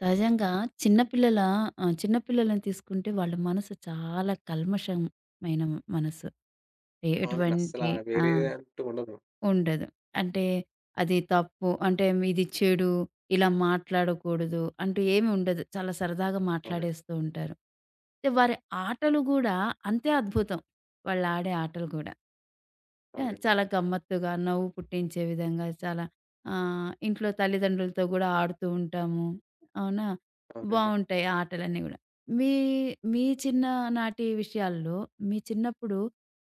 సహజంగా చిన్నపిల్లల చిన్న పిల్లలని తీసుకుంటే వాళ్ళ మనసు చాలా కల్మషమైన మనసు. ఎ అవునండి. అస్సలా ఎటువంటి ఆ! వేరేది అంటూ ఉండదు. ఉండదు. అంటే అది తప్పు, అంటే ఇది చెడు, ఇలా మాట్లాడకూడదు అంటూ ఏమి ఉండదు. చాలా సరదాగా అవునండి. మాట్లాడేస్తూ ఉంటారు. అయితే వారి ఆటలు గూడా అంతే అద్భుతం. వాళ్ళాడే ఆటలు గూడా. ఆ! అవునండి. చాలా గమ్మత్తుగా నవ్వు పుట్టించే విధంగా ఇంట్లో తల్లిదండ్రులతో గూడా ఆడుతూ ఉంటాము. అవునా? అవునండి. బావుంటాయి ఆటలన్నీ గూడా. మీ మీ చిన్ననాటి విషయాల్లో మీ చిన్నప్పుడు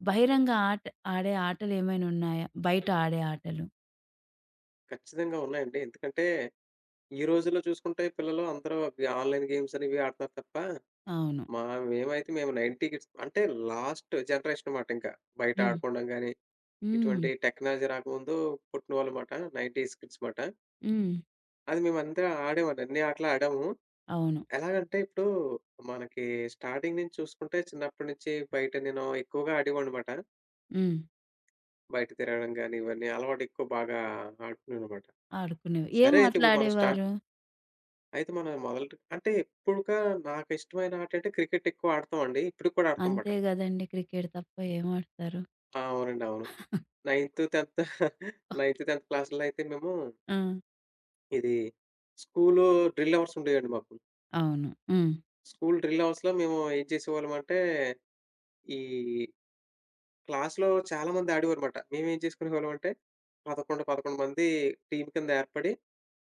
బహిరంగ ఆట ఆడే ఆటలేమైనా ఉన్నాయా? బయట ఆడే ఆటలు. ఖచ్చితంగా ఉన్నాయండి. ఎందుకంటే, ఈ రోజుల్లో చూసుకుంటే పిల్లలు అందరూ ఈ ఆన్‌లైన్ గేమ్స్ అని ఇవి ఆడుతున్నారు తప్ప, అవును. మా మేమైతే మేము 90 కిడ్స్ అంటే లాస్ట్ జనరేషన్ మాట ఇంకా. బయట హ్మ్. ఆడుకోవడం గాని, హ్మ్. ఇటువంటి టెక్నాలజీ రాకముందు పుట్టిన వాళ్ళు మాట. 90స్ కిడ్స్ మాట. హ్మ్. అది మేమందరం ఆడామండి. అన్ని ఆటలు ఆడాము. అవును. ఎలాగంటే ఇప్పుడు మనకి స్టార్టింగ్ నుంచి చూసుకుంటే చిన్నప్పటి నుంచి బయట నేను ఎక్కువగా ఆడేవాడినమాట. హ్మ్. బయట తిరగడం గాని, ఇవన్నీ అలవాటు ఎక్కువ బాగా ఆడుకున్నాననమాట. ఆడుకునేవి. ఏం సరే అయితే ఆటలు ఇప్పుడు మనం స్టార్ట్ ఆడేవారు? అయితే మనం మొదలుట అంటే ఇప్పుడుగా నాకు ఇష్టమైన ఆట అంటే క్రికెట్ ఎక్కువ ఆడతామండి. ఇప్పటికి కూడా ఆడతాం మాట. అంతే గదండీ! క్రికెట్ తప్ప ఏం ఆడతారు? ఆ! అవునండి. అవును. నైన్త్, 10థ్ 9థ్, 10థ్ క్లాస్‌లో అయితే మేము ఆ! ఇది స్కూలు డ్రిల్ అవర్స్ ఉండేయండి మాకు. అవును. హ్మ్. స్కూల్ డ్రిల్ అవర్స్‌లో మేము ఏం చేసేవాళ్ళం అంటే, ఈ క్లాస్‌లో చాలా మంది ఆడేవారుమాట. మేమేం చేసుకునేవాళ్ళం అంటే 11, 11 మంది టీమ్ కింద ఏర్పడి,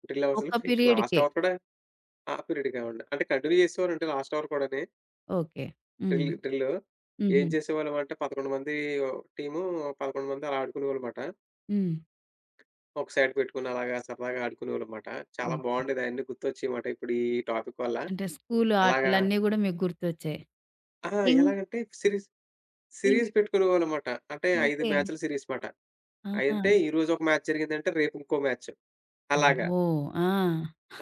డ్రిల్ ఒక్క అవర్స్‌లో ఇంక లాస్ట్ పీరియడ్‌కే. అవర్ కూడా ఆ! పీరియడ్ కావండి. అంటే కంటిన్యూ చేసేవారండి లాస్ట్ అవర్ కూడాని. ఓకే. హ్మ్. Drill drill. ఏం హుహు. చేసేవాళ్ళమంటే 11 మంది టీము, 11 మంది అలా ఆడుకునేవాళ్ళమాట. హ్మ్. ఒక సైడ్ పెట్టుకొని అలాగా సరదాగా ఆడుకునేవాళ్ళమాట. చాలా ఓకే. బావుండేది అయన్నీ గుర్తొచ్చాయిమాట ఇప్పుడు ఈ టాపిక్ వల్ల. అంటే స్కూలు అలాగా ఆటలన్నీ గూడా మీకు గుర్తొచ్చాయి. ఆ! ఇం ఎలాగంటే సిరీస్ ఇం సిరీస్ పెట్టుకునేవాళ్ళమాట. అంటే 5 ఓకే. మ్యాచ్‌ల సిరీస్ మాట. ఆహా! అయంటే ఈరోజు ఒక మ్యాచ్ జరిగిందంటే రేపు ఇంకో మ్యాచ్ అలాగా. అబ్బో! ఆ!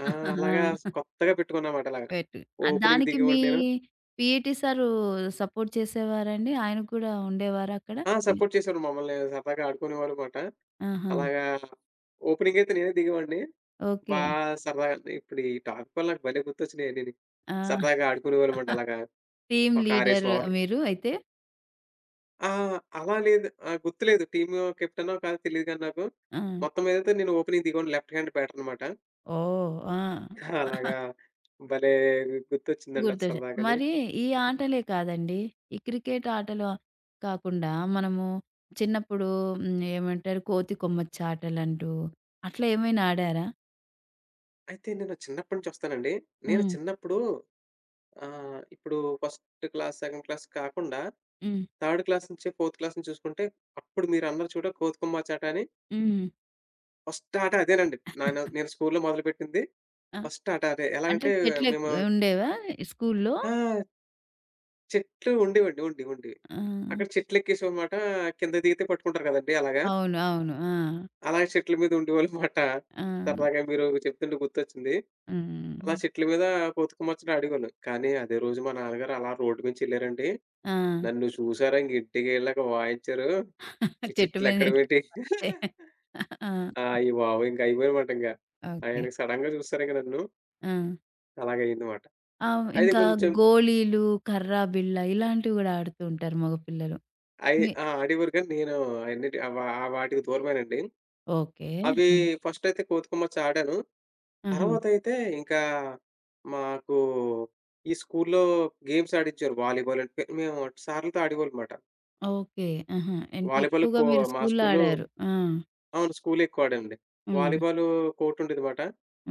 ఆ! అలాగా ఆ! కొత్తగా పెట్టుకున్నామాట అలాగా. పెట్టు. ఓపెనింగ్ దానికి మీ దిగేవాడిని నేను. పీఈటీ సారు సపోర్ట్ చేసేవారండి? ఆయన కూడా ఉండేవారా అక్కడ? ఆ! సపోర్ట్ చేసేవారు మమ్మల్ని. సరదాగా ఆడుకునేవారుమాట. ఆహా! అలాగా ఓపెనింగ్ అయితే నేనే దిగేవాడిని. బా ఓకే. సరదాగా ఇప్పుడు ఈ టాపిక్ వల్ల నాకు భలే గుర్తొచ్చినాయన్నీని. ఆ! సరదాగా ఆడుకునేవాళ్ళమాట అలాగా. టీమ్ ఒక 6, లీడర్ 7 ఓవర్లు. మీరు అయితే? ఆ! అలా లేదు. గుర్తులేదు. టీము కెప్టెనో కాదో తెలీదు గాని నాకు. ఆ! మొత్తం మీదైతే నేను ఓపెనింగ్ దిగేవాడిని. లెఫ్ట్ హ్యాండ్ బ్యాటరనమాట. ఓహ్! ఆ! అలాగా భలే గుర్తొచ్చిందండి అది గుర్తొచ్చాయి. సరదాగాని. మరి ఈ ఆటలే కాదండి. ఈ క్రికెట్ ఆటలు కాకుండా మనము చిన్నప్పుడు హ్మ్. ఏమంటారు కోతి కొమ్మచ్చి ఆటలంటూ అట్లా ఏమైనా ఆడారా? అయితే నేను చిన్నప్పటి నుంచి వస్తానండి. నేను హ్మ్. చిన్నప్పుడు ఆ! ఇప్పుడు ఫస్ట్ క్లాస్, సెకండ్ క్లాస్ కాకుండా హ్మ్. థర్డ్ క్లాస్ నుంచే ఫోర్త్ క్లాస్ నుంచి చూసుకుంటే అప్పుడు మీరన్నారు చూడు 'కోతికొమ్మచాట' అని హ్మ్. ఫస్ట్ ఆట అదేనండి. నేను స్కూల్‌లో మొదలుపెట్టింది ఆ! ఫస్ట్ ఆట అదే. ఎలా అంటే అంటే మేము చెట్లెక్కి ఉండేవా స్కూల్లో? ఆ! చెట్లు ఉండేవండి. ఉండేవి. ఆ! అక్కడ చెట్లెక్కేసామనమాట. కిందకి దిగితే పట్టుకుంటారు కదండీ అలాగా. అవును. అవును. ఆ! అలా చెట్ల మీద ఉండేవాళ్ళు మాట. ఆ! సరదాగా మీరు చెప్తుంటే గుర్తొచ్చింది. హ్మ్. అలా చెట్ల మీద బతుకమ్మ ముచ్చట ఆడేవాళ్ళం. కానీ అదే రోజు మా నాన్నగారు అలా రోడ్డు మీదకెళ్ళారండి. ఆ! నన్ను చూసారా ఇంక ఇంటికెళ్ళాక వాయించారు. ఈ చెట్టు మీద నుంచి చెట్లెక్కడవేంటి. ఆ! ఆ! అయ్య బాబోయ్! ఇంక అయిపోయానమాట ఇంక. ఓకే. ఆయనకి సడెన్‌గా చూసారు ఇంక నన్ను. ఆ! అలాగయిందన్నమాట. ఆ! అయితే ఇంకా కొంచెం గోళీలు, కర్రా బిళ్ళ ఇలాంటివి గూడా ఆడుతూ ఉంటారు మగపిల్లలు. అయి ఆ! ఆడేవారు కానీ నేను అయన్నిటి ఆ వా ఆ వాటికి దూరమేనండి. ఓకే. అవి ఆ! ఫస్ట్ అయితే బతుకమ్మ ముచ్చట ఆడాను. ఆహా! తర్వాతయితే ఇంకా మాకు ఈ స్కూల్లో గేమ్స్ ఆడించారు. వాలీబాల్ అంటే మేము సార్లతో ఆడేవాళ్ళమాట. ఓకే. ఆహా! అంటే వాలీబాల్ ఎక్కువగా కో మీరు మా స్కూల్లో స్కూల్లో ఆడారు. ఆ! అవును. స్కూల్లో ఎక్కువ ఆడానండి. హ్మ్. వాలీబాలు కోర్టుండేదిమాట.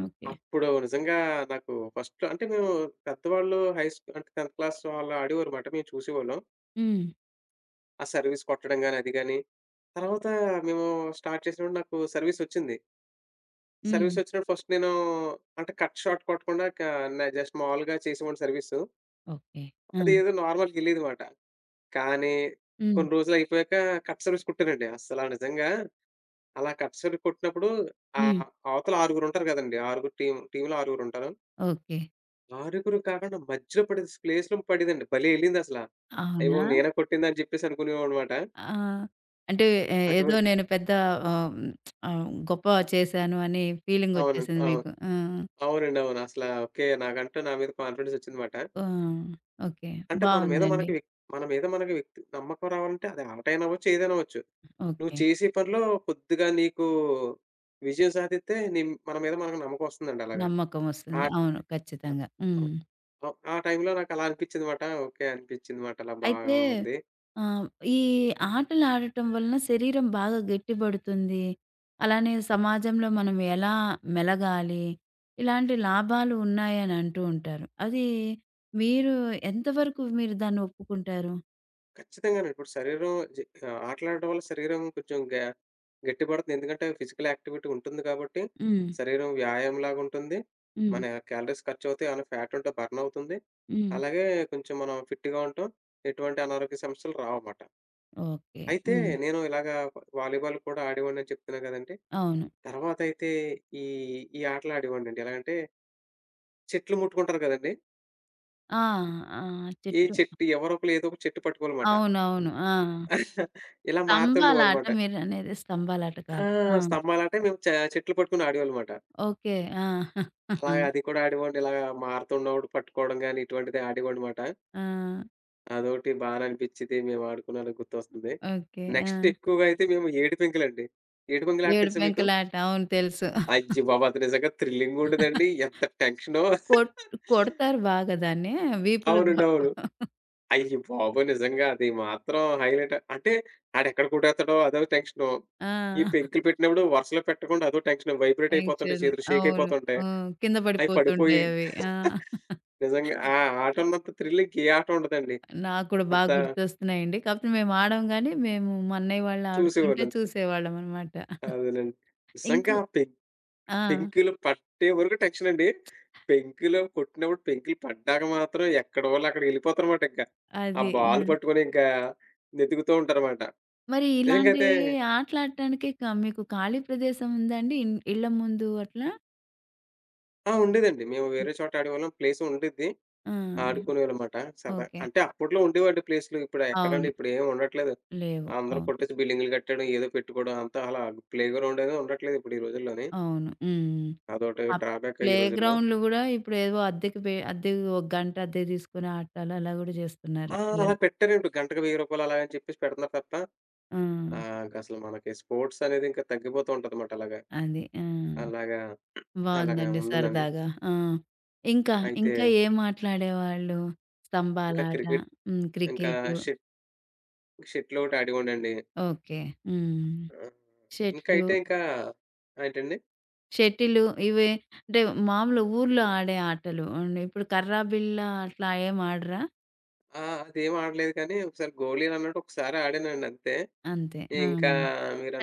ఓకే. అప్పుడు నిజంగా నాకు ఫస్ట్‌లో అంటే మేము పెద్దవాళ్ళు హై స్కూ అంటే 10థ్ క్లాస్ వాళ్ళు ఆడేవారుమాట. మేము చూసేవాళ్ళం. హ్మ్. ఆ సర్వీస్ కొట్టడం గాని, అది గాని. తర్వాత మేము స్టార్ట్ చేసినప్పుడు నాకు సర్వీసొచ్చింది. హ్మ్. సర్వీసొచ్చినప్పుడు ఫస్ట్ నేను అంటే కట్ షాట్ కొట్టకుండా క న జస్ట్ మామూలుగా చేసేవాడిని సర్వీసు. ఓకే. ఆ! అది ఏదో నార్మల్‌గా ఎళ్ళేదిమాట. కానీ హ్మ్. కొన్ని రోజులయిపోయాక కట్ సారీస్ కుట్టానండి. అస్సల నిజంగా అలా కట్ సారీ కుట్టినప్పుడు హ్మ్. అవతల ఆరుగురుంటారు గదండీ. ఆరుగురు టీమ్‌లో ఆరుగురుంటారు. ఓకే. ఆరుగురు కాకుండా మధ్యలో పడేది ప్లేస్‌లో పడేదండి. భలే ఎళ్ళిందసల. అయ్యో! అవునా? నేనే కొట్టిందా అని జెప్పేసి అనుకునేవాడినమాట. ఆ! అంటే ఏదో అటువంటి నేను పెద్ద ఆహ్, గొప్ప చేశాను అని అవునండి. ఫీలింగొచ్చేసింది అవును. మీకు. ఆ! అవునండి. అవును. అసల ఓకే. నాకంటూ నా మీద కాన్ఫిడెన్స్ వచ్చిందన్నమాట. ఆ! ఓకే. అంటే మన మీద బావుందండి. మనకి వ్యక్ మన మీద మనకి వ్యక్తి నమ్మకం రావాలంటే అది ఆటైనా అవ్వచ్చు, ఏదైనా అవ్వచ్చు. నువ్వు ఓకే. చేసే పనిలో కొద్దిగా నీకు విజయం సాధిస్తే నీ మన మీద మనకు నమ్మకమొస్తుందండి అలాగా. ఆ! నమ్మకమొస్తుంది. అవును. ఖచ్చితంగా. హ్మ్. ఆ! ఆ టైంలో నాకలా అనిపిచ్చిందమాట. ఓకే. అనిపిచ్చిందమాట. అలా బాగా అయితే ఉంది. ఆహ్, ఈ ఆటలాడటం వలన శరీరం బాగా గట్టిపడుతుంది. అలానే సమాజంలో మనం ఎలా మెలగాలి, ఇలాంటి లాభాలు ఉన్నాయని అంటూ ఉంటారు. అది మీరు ఎంతవరకు దాన్ని ఒప్పుకుంటారు? ఖచ్చితంగానే ఇప్పుడు శరీరం జి ఆటలాడటం వల్ల శరీరం కొంచెం గ గట్టిపడుతుంది. ఎందుకంటే ఫిజికల్ యాక్టివిటీ ఉంటుంది కాబట్టి, హ్మ్. శరీరం వ్యాయామంలాగా ఉంటుంది. హ్మ్. మన క్యాలరీస్ ఖర్చవుతాయి. ఏమైనా ఫ్యాట్ ఉంటే బర్న్ అవుతుంది. హ్మ్. అలాగే కొంచెం మనం ఫిట్‌గా ఉంటాం. ఎటువంటి అనారోగ్య సమస్యలు రావమాట. ఓకే. అయితే హ్మ్. నేను ఇలాగా వాలీబాల్ కూడా ఆడేవాడినని చెప్తున్నా కదండీ! అవును. తర్వాతయితే ఈ ఈ ఆటలు ఆడేవాడినండి. ఎలాగంటే చెట్లు ముట్టుకుంటారు కదండీ! ఆ! ఆ! ఈ చెట్టు. చెట్టు ఎవరో ఒకళ్ళు ఏదో ఒక చెట్టు పట్టుకోవాలమాట. అవునవును. ఆ! ఇలా స్తంభాలాట మారుతుండేవాళ్ళమాట. మీరనేది స్తంభాలాట ఆ! కాదు. ఆ! స్తంభాలంటే మేము చ చెట్లు పట్టుకొని ఆడేవాళ్ళమాట. ఓకే. ఆ! అలాగ అది కూడా ఆడేవాడిని. ఇలాగా మారుతున్నప్పుడు పట్టుకోవడం గాని ఇటువంటిది ఆడేవాడినమాట. ఆ! అదోకటి బానే అనిపిచ్చేది. మేము ఆడుకున్నాను గుర్తొస్తుంది. ఓకే. ఆ! నెక్స్ట్ ఎక్కువగా అయితే మేము ఏడు పెంకులండి. ఏడు పెంకులాట ఏడు తెలుసా మీకు? పెంకులాట. అవును తెలుసు. అయ్య బాబోయ్! నిజంగా థ్రిల్లింగ్ ఉంటదండి. ఎంత టెన్షనో. కొట్ కొడతారు బాగా దాన్ని. వీపులు బ అవునండి. అవును. బ అయ్య బాబోయ్! నిజంగా అది మాత్రం హైలైట్. అంటే ఆడెక్కడ కొట్టేత్తడో అదో టెన్షను. ఈ ఆ! పెంకులు పెట్టినప్పుడు వరుసలో పెట్టకుండా అదో టెన్షన్. వైబ్రేట్ అయిపోతుంటాయి. టెన్షన్. చేతులు షేక్ అవును. అయిపోతుంటాయి. హ్మ్. కింద అయి పడిపోయి పడిపోతుంటాయి అవి. ఆ! నిజంగా ఆ ఆట ఉన్నంత థ్రిల్ ఇంకే ఆట ఉండదండి. నాకు కూడా బాగా అంతా గుర్తొస్తున్నాయండి. కాకపోతే మేము ఆడం గాని, మేము మా అన్నయ్య వాళ్ళు ఆడుతుంటే చూసేవాళ్ళంతే. చూసేవాళ్ళమనమాట. అదేనండి. ఇంక నిజంగా ఆ పెం ఆ! పెంకులు పట్టే వరకు టెన్షన్ అండి. పెంకులు కొట్టినప్పుడు పెంకులు పడ్డాక మాత్రం ఎక్కడి వాళ్ళక్కడికి వెళ్ళిపోతారన్నమాట ఇంకా. ఆ అది. ఆ! బాల్ పట్టుకొని ఇంకా వెతుకుతూ ఉంటారన్నమాట. మరి ఇలాంటి నిజంగైతే ఆటలాడటానికి మీకు ఖాళీ ప్రదేశం ఉందా అండి? ఇళ్ళ ముందు అట్లా? ఆ! ఉండేదండి. మేము వేరే చోట ఆడేవాళ్ళం. ప్లేస్ ఉండిద్ది. ఆ! ఆడుకునేవాళ్ళమాట సరదా ఓకే. అంటే అప్పట్లో ఉండేవండి ప్లేస్‌లు. ఇప్పుడు ఎక్కడండి అవును. ఇప్పుడేమి ఉండట్లేదు. లేవు. అందరూ అవును. కొట్టేసి బిల్డింగులు కట్టేయడం, ఏదో పెట్టుకోవడం అంతా అలా ప్లే గ్రౌండ్ అనేది ఉండట్లేదు ఇప్పుడు ఈ రోజుల్లోని. అవును. హ్మ్. అదొకటి ఆ డ్రాబ్యాక్ ఈ రోజుల్లో. ప్లేగ్రౌండ్‌లు గూడా ఇప్పుడేవో అద్దెకి పె అద్దెకు ఒక గంట అద్దెకు తీసుకొని ఆడటాలు అలా గూడా చేస్తున్నారు ఆ! అలా పిల్లలు. పెట్టారేంటి గంటకు రూ. 1000 అలా అని చెప్పేసి పెడుతున్నారు తప్ప ఆ! ఆ! ఇంకసలు మనకి స్పోర్ట్స్ అనేది ఇంకా తగ్గిపోతూ ఉంటదన్నమాట అలాగా. అది. ఆ! అలాగా అలాగా బావుందండి ఉంటుందండి. సరదాగా. ఆ! ఇంకా, అయితే ఇంకా ఏం ఆటలాడేవాళ్ళు? ఇంకా స్తంభాలాట, క్రికెట్, హ్మ్. ఇంకా క్రికెటు. షెట్ షెటిలొకటి ఆడేవాడినండి. ఓకే. హ్మ్. ఆహ్, ఇంకా షటిలు, అయితే ఇంకా ఏంటండి? షటిలు ఇవే అంటే మామూలు ఊర్లో ఆడే ఆటలు. ఇప్పుడు కర్రా బిళ్ళ అట్లా ఏం ఆడరా? ఆ! అదేం ఆడలేదు కానీ ఒకసారి గోళీలన్నట్టు ఒకసారి ఆడానండి అంతే. అంతే. ఆ! ఇంకా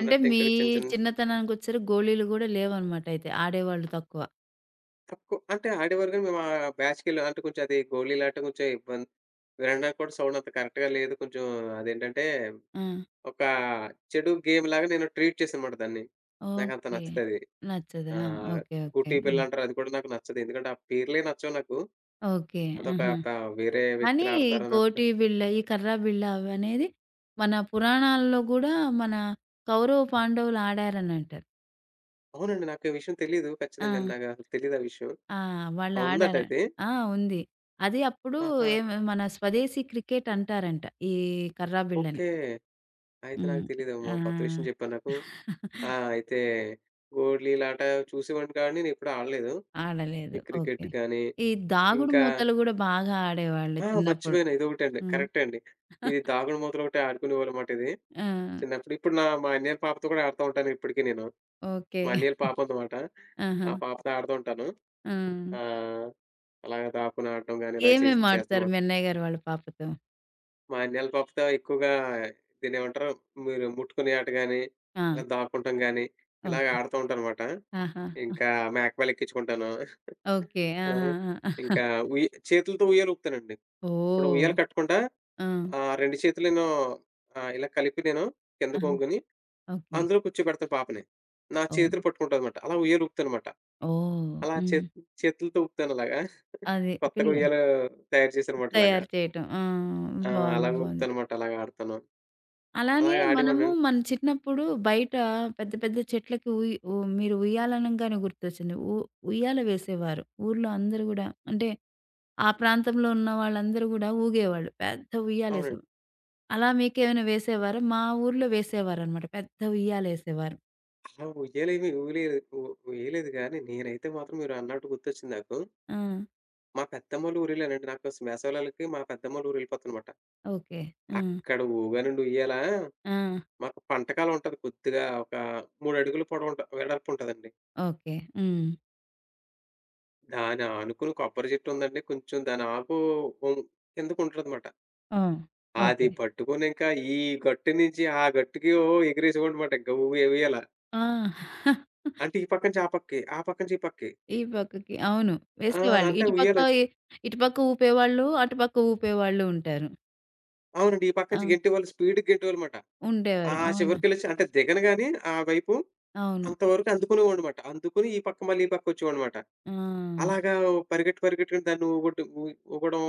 అంటే మీ ఇంకా చిన్న చిన్న చిన్నతనానికొచ్చేసరికి గోళీలు గూడా లేవనమాట అయితే. ఆడేవాళ్ళు తక్కువ. తక్కువ అంటే ఆడేవారు కానీ మేము బ్యాచ్‌కెళ్ళి అంటే కొంచెం అది గోళీలాట కొంచెం ఇబ్బంది, వినడానికి కూడా సౌండ్ అంత కరెక్ట్‌గా లేదు. కొంచెం అదేంటంటే ఆ! ఒక చెడు గేమ్‌లాగా నేను ట్రీట్ చేశానమాట దాన్ని. నాకంత ఓకే. నచ్చదది. నచ్చదా? ఆహ్, ఓకే. ఓకే. గుట్టి హ్మ్. బిళ్ళంటారు అది కూడా నాకు నచ్చదు. ఎందుకంటే ఆ పేర్లే నచ్చవు నాకు. ఓకే. అదొక ఆహా! ప వేరే కానీ వ్యక్తులు ఆడతారన్నట్టు. గోటి బిళ్ళ, ఈ కర్ర బిళ్ళ అవనేది మన పురాణాల్లో గూడా మన కౌరవ, పాండవులు ఆడారనంటారు. అవునండి. నాకు ఈ విషయం తెలీదు. ఆ! ఖచ్చితంగా నాకసలు తెలీదు ఆ విషయం. ఆ! వాళ్ళు ఆ! ఉందట ఆడార అది. ఆ! ఉంది. అది అప్పుడు ఆహా! ఏం మన స్వదేశీ క్రికెట్ అంటారంట. ఈ కర్రా బిళ్ళని. ఓకే. అయితే నాకు హ్మ్. తెలీదమ్మా. ఆ! కొత్త విషయం చెప్పావు నాకు. ఆ! అయితే గోళీలాట చూసేవాడిని కానీ నేనెప్పుడు ఆడలేదు. ఈ ఆడలేదు. Cricket okay. గానీ, ఈ దాగుడు ఇంకా మూతలు గూడా బాగా ఆడేవాళ్ళు ఆ! చిన్నప్పుడు. మర్చిపోయాను ఇదొకటండి. హ్మ్. కరెక్టే అండి. ఇది దాగుడుమూతలు ఒకటి ఆడుకునేవాళ్ళమాట ఇది. ఆ! చిన్నప్పుడు. ఇప్పుడు నా మా అన్నయ్య పాపతో కూడా ఆడుతా ఉంటాను ఇప్పటికి నేను. ఓకే. మా అన్నయ్యల పాప ఉందన్నమాట. ఆహా! ఆ పాపతో ఆడుతూ ఉంటాను. ఆ! ఆహ్, అలాగ దాక్కుని ఆడటం గాని ఇలాగ చేసి ఏమేమి ఆడతారు చేస్తానమాట. మీ అన్నయ్య గారు వాళ్ళ పాపతో? మా అన్నయ్యల పాపతో ఎక్కువగా దీన్నేమంటారు, మీరు ముట్టుకునే ఆట గాని, ఆ! ఇలా దాక్కుంటం గాని, ఇలాగ ఓకే. ఆడుతూ ఉంటానమాట. ఆహా! ఇంకా మేకపిల్ల ఎక్కించుకుంటాను. ఓకే. ఆ! ఆహా! ఆ! ఇంకా ఉయ్ చేతులతో ఉయ్యాల ఊపుతానండి. ఇప్పుడు ఓహ్! ఉయ్యాల కట్టకుండా ఆ! 2 చేతులు నేను ఇలా కలిపి నేను ఆహా! కిందకొంగుని ఓకే. అందులో కూర్చోబెడతా పాపని. నా ఓహ్! చేతులు పట్టుకుంటాదనమాట. అలా ఉయ్యాల ఊపుతానమాట. ఓహ్! అలా హ్మ్. చేత్ చేతులతో ఊపుతానలాగా. అది కొత్తగా పిల్ల ఉయ్యాల తయారు చేశారనమాట ఇలాగా. తయారు చేయటం. ఆ! ఆ! బావుంది. అలాగ బావుంది. ఊపుతానమాట. అలాగ ఆడతాను. అలానే అలాగ మనము ఆడేవాడినండి. మన చిన్నప్పుడు బయట పెద్ద పెద్ద చెట్లకి ఉయ్ ఉ మీరు ఉయ్యాలనంగానే గుర్తొచ్చింది. ఉయ్యాల వేసేవారు. ఊర్లో అందరూ గూడా అంటే ఆ ప్రాంతంలో ఉన్న వాళ్ళందరూ గూడా ఊగేవాళ్ళు. పెద్ద అవునండి. ఉయ్యాలేసేవారు. అలా మీకేమైనా వేసేవారా? మా ఊర్లో వేసేవారనమాట. పెద్ద ఉయ్యాలేసేవారు. అలా ఉయ్యాలేమి ఊయలేదు ఊ ఊయలేదు గానీ, నేనైతే మాత్రం మీరన్నట్టు గుర్తొచ్చింది నాకు. ఆ! మా పెద్దమ్మోళ్ళ ఊరెళ్ళానండి. నాకు స్ వేసవికాలాలకి మా పెద్దమ్మోళ్ళ ఊరెళ్ళిపోతానమాట. ఓకే. హ్మ్. అక్కడ ఊగానండి ఉయ్యాల. ఆ! మాకు పంటకాలం ఉంటది కొద్దిగా ఒక 3 అడుగుల పొడవుంట వెడల్పుంటదండి. ఓకే. హ్మ్. దాని ఆనుకుని కొబ్బరి చెట్టు ఉందండి. కొంచెం దాని ఆకు ఉం కిందకుంటదనమాట. ఆ! అది ఓకే. పట్టుకొని ఇంకా ఈ గట్టు నుంచి ఆ గట్టుకి ఓ ఎగిరేసేవాడినమాట ఇంక ఉయ్య ఉయ్యాల. ఆ! అంటే ఈ పక్క నుంచి ఆ పక్కకి, ఆ పక్క నుంచి ఈ పక్కకి. ఈ పక్కకి. అవును. ఆ! వేసేవాళ్ళు. అంటే ఇటుపక్క ఉయ్యాల ఇ ఇటుపక్క ఊపేవాళ్ళు, అటుపక్క ఊపేవాళ్ళు ఉంటారు. అవునండి. ఈ పక్క ఆ! నుంచి గెంటేవాళ్ళు స్పీడ్‌గా గెంటేవాళ్ళమాట. ఆ ఉండేవారు. అవును. చివరికెళ్ళొచ్చి అంటే దిగనుగాని ఆ వైపు అవును. అంతవరకు అందుకునేవాడినమాట. అందుకుని ఈ పక్క మళ్ళీ ఈ పక్కొచ్చేవాడినమాట. ఆ! అలాగా ఓ పరిగెట్టి పరిగెట్టుకుంటూ దాన్ని ఊగొట్టు ఊ ఊగడం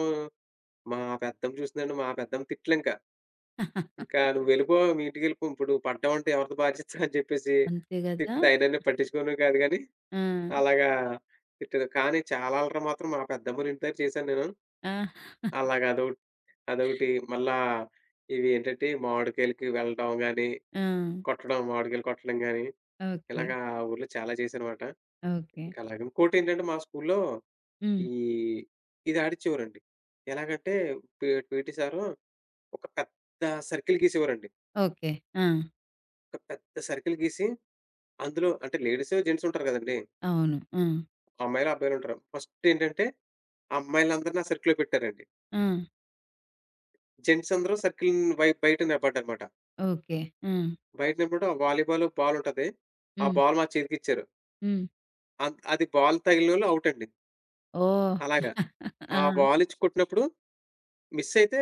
మా పెద్దమ్మ చూసిందండి. మా పెద్దమ్మ తిట్లింక. ఇంకా "నువ్వెళ్ళిపో మీ ఇంటికెళ్ళిపో. ఇప్పుడు నువ్వు పడ్డావంటే ఎవరిది బాధ్యత" అని చెప్పేసి అంతే గదా! తిట్టితే ఆయనన్నీ పట్టించుకునేవాడు కాదు గానీ, ఆ! అలాగా తిట్టేది. కానీ చాలా అల్లరి మాత్రం మా పెద్దమ్మోళ్ళింటి దగ్గర చేశాను నేను. ఆ! అలాగా అదొకటి అదొకటి మళ్ళా ఇవి ఏంటంటే మామిడికాయలకి వెళ్ళడం గానీ, ఆ! కొట్టడం మామిడికాయలు కొట్టడం గానీ, ఓకే. ఇలాగా ఆ ఊర్లో చాలా చేశానమాట. ఓకే. ఇంకా అలాగే ఇంకోటేంటంటే మా స్కూల్‌లో హ్మ్. ఈ ఇది ఆడిచ్చేవారండి. ఎలాగంటే పి పీటీ సారు ఒక పెద్ద సర్కిల్ గీసేవారండి. ఓకే. ఆ! ఒక పెద్ద సర్కిల్ గీసి అందులో అంటే లేడీసు, జెంట్స్ ఉంటారు గదండీ. అవును. ఆ! అమ్మాయిలు, అబ్బాయిలుంటారు. ఫస్టేంటంటే అమ్మాయిలందరిని నా సర్కిల్‌లో పెట్టారండి. ఆ! జెంట్స్ అందరూ సర్కిల్ బై బయట నిలబడ్డారనమాట. ఓకే. ఆ! బయట నిలబడి వాలీబాల్ బాలుంటది. ఆ హ్మ్. బాల్ మా చేతికిచ్చారు. హ్మ్. అన్ అది బాల్ తగిలినోళ్ళు ఔటండి. ఓహ్! అలాగా. ఆ! ఆ బాలిచ్చి కొట్టినప్పుడు మిస్సయితే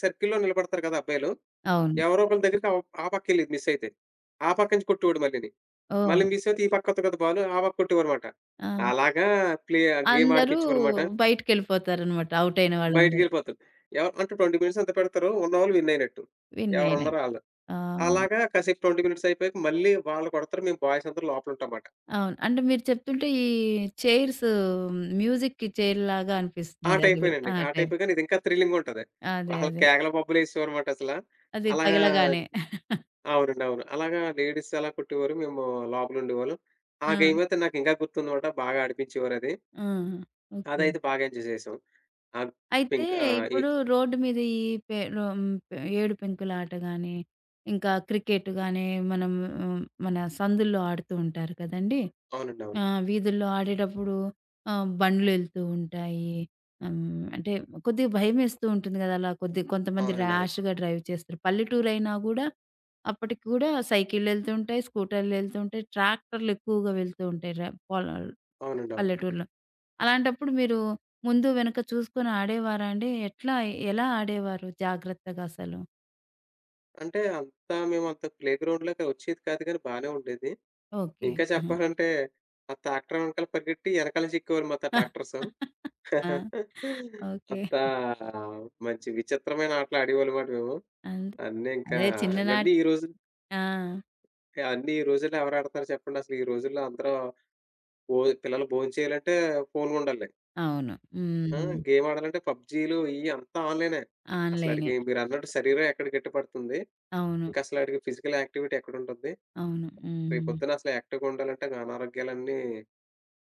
సర్కిల్‌లో నిలబడతారు కదా అబ్బాయిలు. అవును. ఎవరో ఒకళ్ళ దగ్గరికి ఆ ఆ పక్కెళ్ళేది మిస్సయితే. ఆ పక్క నుంచి కొట్టేవాడు మళ్ళీని. మళ్ళీ ఓహ్! మిస్సయితే ఈ పక్కొత్తది కదా బాలు. ఆ పక్క కొట్టేవారమాట. ఆ! అలాగా ప్లే గేమ్ అందరూ ఆడిపిచ్చేవారమాట. బయటికెళ్ళిపోతారనమాట. ఔట్ అయిన వాళ్ళందరూ. బయటికెళ్ళిపోతారు. ఎవరు అంటే 20 మినిట్స్ ఎంత పెడతారో ఉన్నవాళ్ళు విన్ అయినట్టు. విన్ అయిన ఎవరున్నారో ఆళ్ళు. ఆ! అలాగా కాసేపు 20 మినిట్స్ అయిపోయాక మళ్ళీ వాళ్ళు కొడతారు. మేము బాయ్స్ అందరూ లోపలుంటాం మాట. అవును. అంటే మీరు చెప్తుంటే ఈ చైర్స్ మ్యూజిక్‌కి చైర్‌లాగా ఆ అనిపిస్తుంది. అది గూడా. టైపేనండి. ఆ! ఆ టైప్. టైపే కానీ ఇదింకా థ్రిల్లింగుంటది. అదే. ఆళ్ళు అదే. కేకలు, బొబ్బలేసేవారన్నమాట అసల. అది అలాగా తగలగానే. అవునండి. అవును. అలాగా లేడీస్ అలా కొట్టేవారు. మేము లోపలుండేవాళ్ళం. ఆ ఆ! గేమయితే నాకింకా గుర్తుందన్నమాట. బాగా ఆడిపించేవారది. ఆ! ఓకే. అదైతే బాగా ఎంజాయ్ చేసాం. ఆ అయితే పింక్ ఈ ఇప్పుడు రోడ్డు మీద ఈ పె రో హ్మ్, ఏడు పెంకుల ఆట గాని, ఇంకా క్రికెట్ గాని మనం హ్మ్, మన సందుల్లో ఆడుతూ ఉంటారు కదండీ! అవునండి. అవును. వీధుల్లో ఆడేటప్పుడు బండ్లెళ్తూ ఉంటాయి. హ్మ్, అంటే కొద్దిగా భయమేస్తూ ఉంటుంది కదా! అలా కొంతమంది అవునండి. అవును. ర్యాష్‌గా డ్రైవ్ చేస్తారు. పల్లెటూరైనా గూడా అప్పటికి కూడా సైకిళ్ళెళ్తుంటాయి, స్కూటర్‌లెళ్తుంటాయి, ట్రాక్టర్‌లెక్కువగా వెళ్తూ ఉంటాయి పొలాలు అవునండి. అవును. పల్లెటూరులో. అలాంటప్పుడు మీరు ముందు వెనక చూసుకొని ఆడేవారా అండి? ఎట్లా? ఎలా ఆడేవారు జాగ్రత్తగా అసలు? అంటే అంతా మేమంత ప్లే గ్రౌండ్‌లోకి వచ్చేది కాదు గానీ బానే ఉండేది. ఓకే. ఇంకా హ్మ్. చెప్పాలంటే ఆ ట్రాక్టర్ వెనకాల పరిగెట్టి ఎనకాల చిక్కేవాళ్ళు మాతో ట్రాక్టర్సు. ఆ! ఓకే. అంత మంచి విచిత్రమైన ఆటలు ఆడేవాళ్ళమాట మేము. అంతే. అన్నీ ఇంకా అదే ఇవన్నీ చిన్ననాటి ఈ రోజు ఆ! అన్నీ ఈ రోజుల్లో ఎవరు ఆడతారు చెప్పండి? అసలు ఈ రోజుల్లో అందరూ భో పిల్లలు భోంచేయాలంటే ఫోన్‌లుండాలి. అవును. ఆ! హ్మ్. గేమ్ ఆడాలంటే పబ్‌జీలు ఇయి అంతా ఆన్‌లైనే. ఆన్‌లైనే. అసలాడికి మీరన్నట్టు శరీరం ఎక్కడ గట్టిపడుతుంది? అవును. ఇంకసలాడికి ఫిజికల్ యాక్టివిటీ ఎక్కడుంటుంది? అవును. రేపు హ్మ్. పొద్దున అసలు యాక్టివ్‌గా ఉండాలంటే ఇంక అనారోగ్యాలన్నీ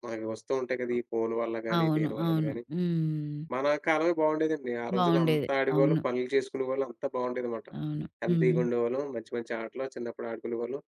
మనకి వస్తూ ఉంటాయి కదా! ఈ ఫోను వల్ల గాని, అవును. దేని వల్లన అవును. గాని. హ్మ్. మన కాలమే బాగుండేదండి. ఆ రోజుల్లో బావుండేది. అంతా ఆడేవాళ్ళం, అవును. పనులు చేసుకునేవాళ్ళం అంతా బాగుండేదన్నమాట. అవును. హెల్తీగా హ్మ్. ఉండేవాళ్ళం. మంచి మంచి ఆటలు చిన్నప్పుడు ఆడుకునేవాళ్ళం.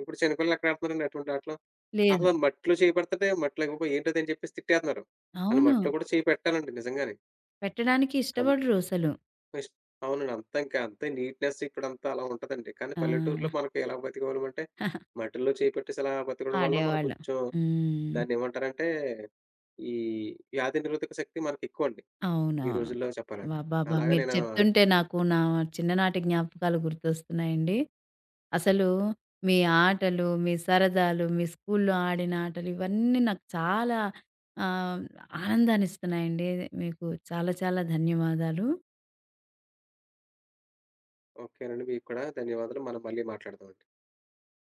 ఇప్పుడు చిన్నపిల్లలు ఎక్కడ ఆడుతున్నారండి అటువంటి ఆటలు. లేదు. అసలు మట్టిలో చేయి పెడితే మట్టిలో ఏంటది అని చెప్పేసి తిట్టేస్తున్నారు. ఆళ్ళు అవును. మట్టిలో కూడా చేయి పెట్టాలండి నిజంగానే. పెట్టడానికి ఇష్టపడరు అసలు. బెస్ట్. అవునండి. అంతా ఇంకా అంతే నీట్‌నెస్ ఇక్కడంతా అలా ఉంటదండి. కానీ ఆ! పల్లెటూరులో మనకి ఎలా బతికేవాళ్ళమంటే, మట్టిలో చేయి పెట్టేసి అలా బతకడం వల్ల మనం ఆడేవాళ్ళు. కొంచెం హ్మ్. దాన్నేమంటారంటే, ఈ వ్యాధి నిరోధక శక్తి మనకెక్కువండి. ఈ అవునవును. రోజుల్లో చెప్పాలంటే. అబ్బబ్బా! అలాగే మీరు నేను చెప్తుంటే నాకు నా చిన్ననాటి జ్ఞాపకాలు గుర్తొస్తున్నాయండి. అసలు మీ ఆటలు, మీ సరదాలు, మీ స్కూల్లో ఆడిన ఆటలు ఇవన్నీ నాకు చాలా ఆహ్, ఆనందాన్నిస్తున్నాయండి. మీకు చాలా చాలా ధన్యవాదాలు. ఓకేనండి. మీకు కూడా ధన్యవాదాలు. మనం మళ్ళీ మాట్లాడదాం.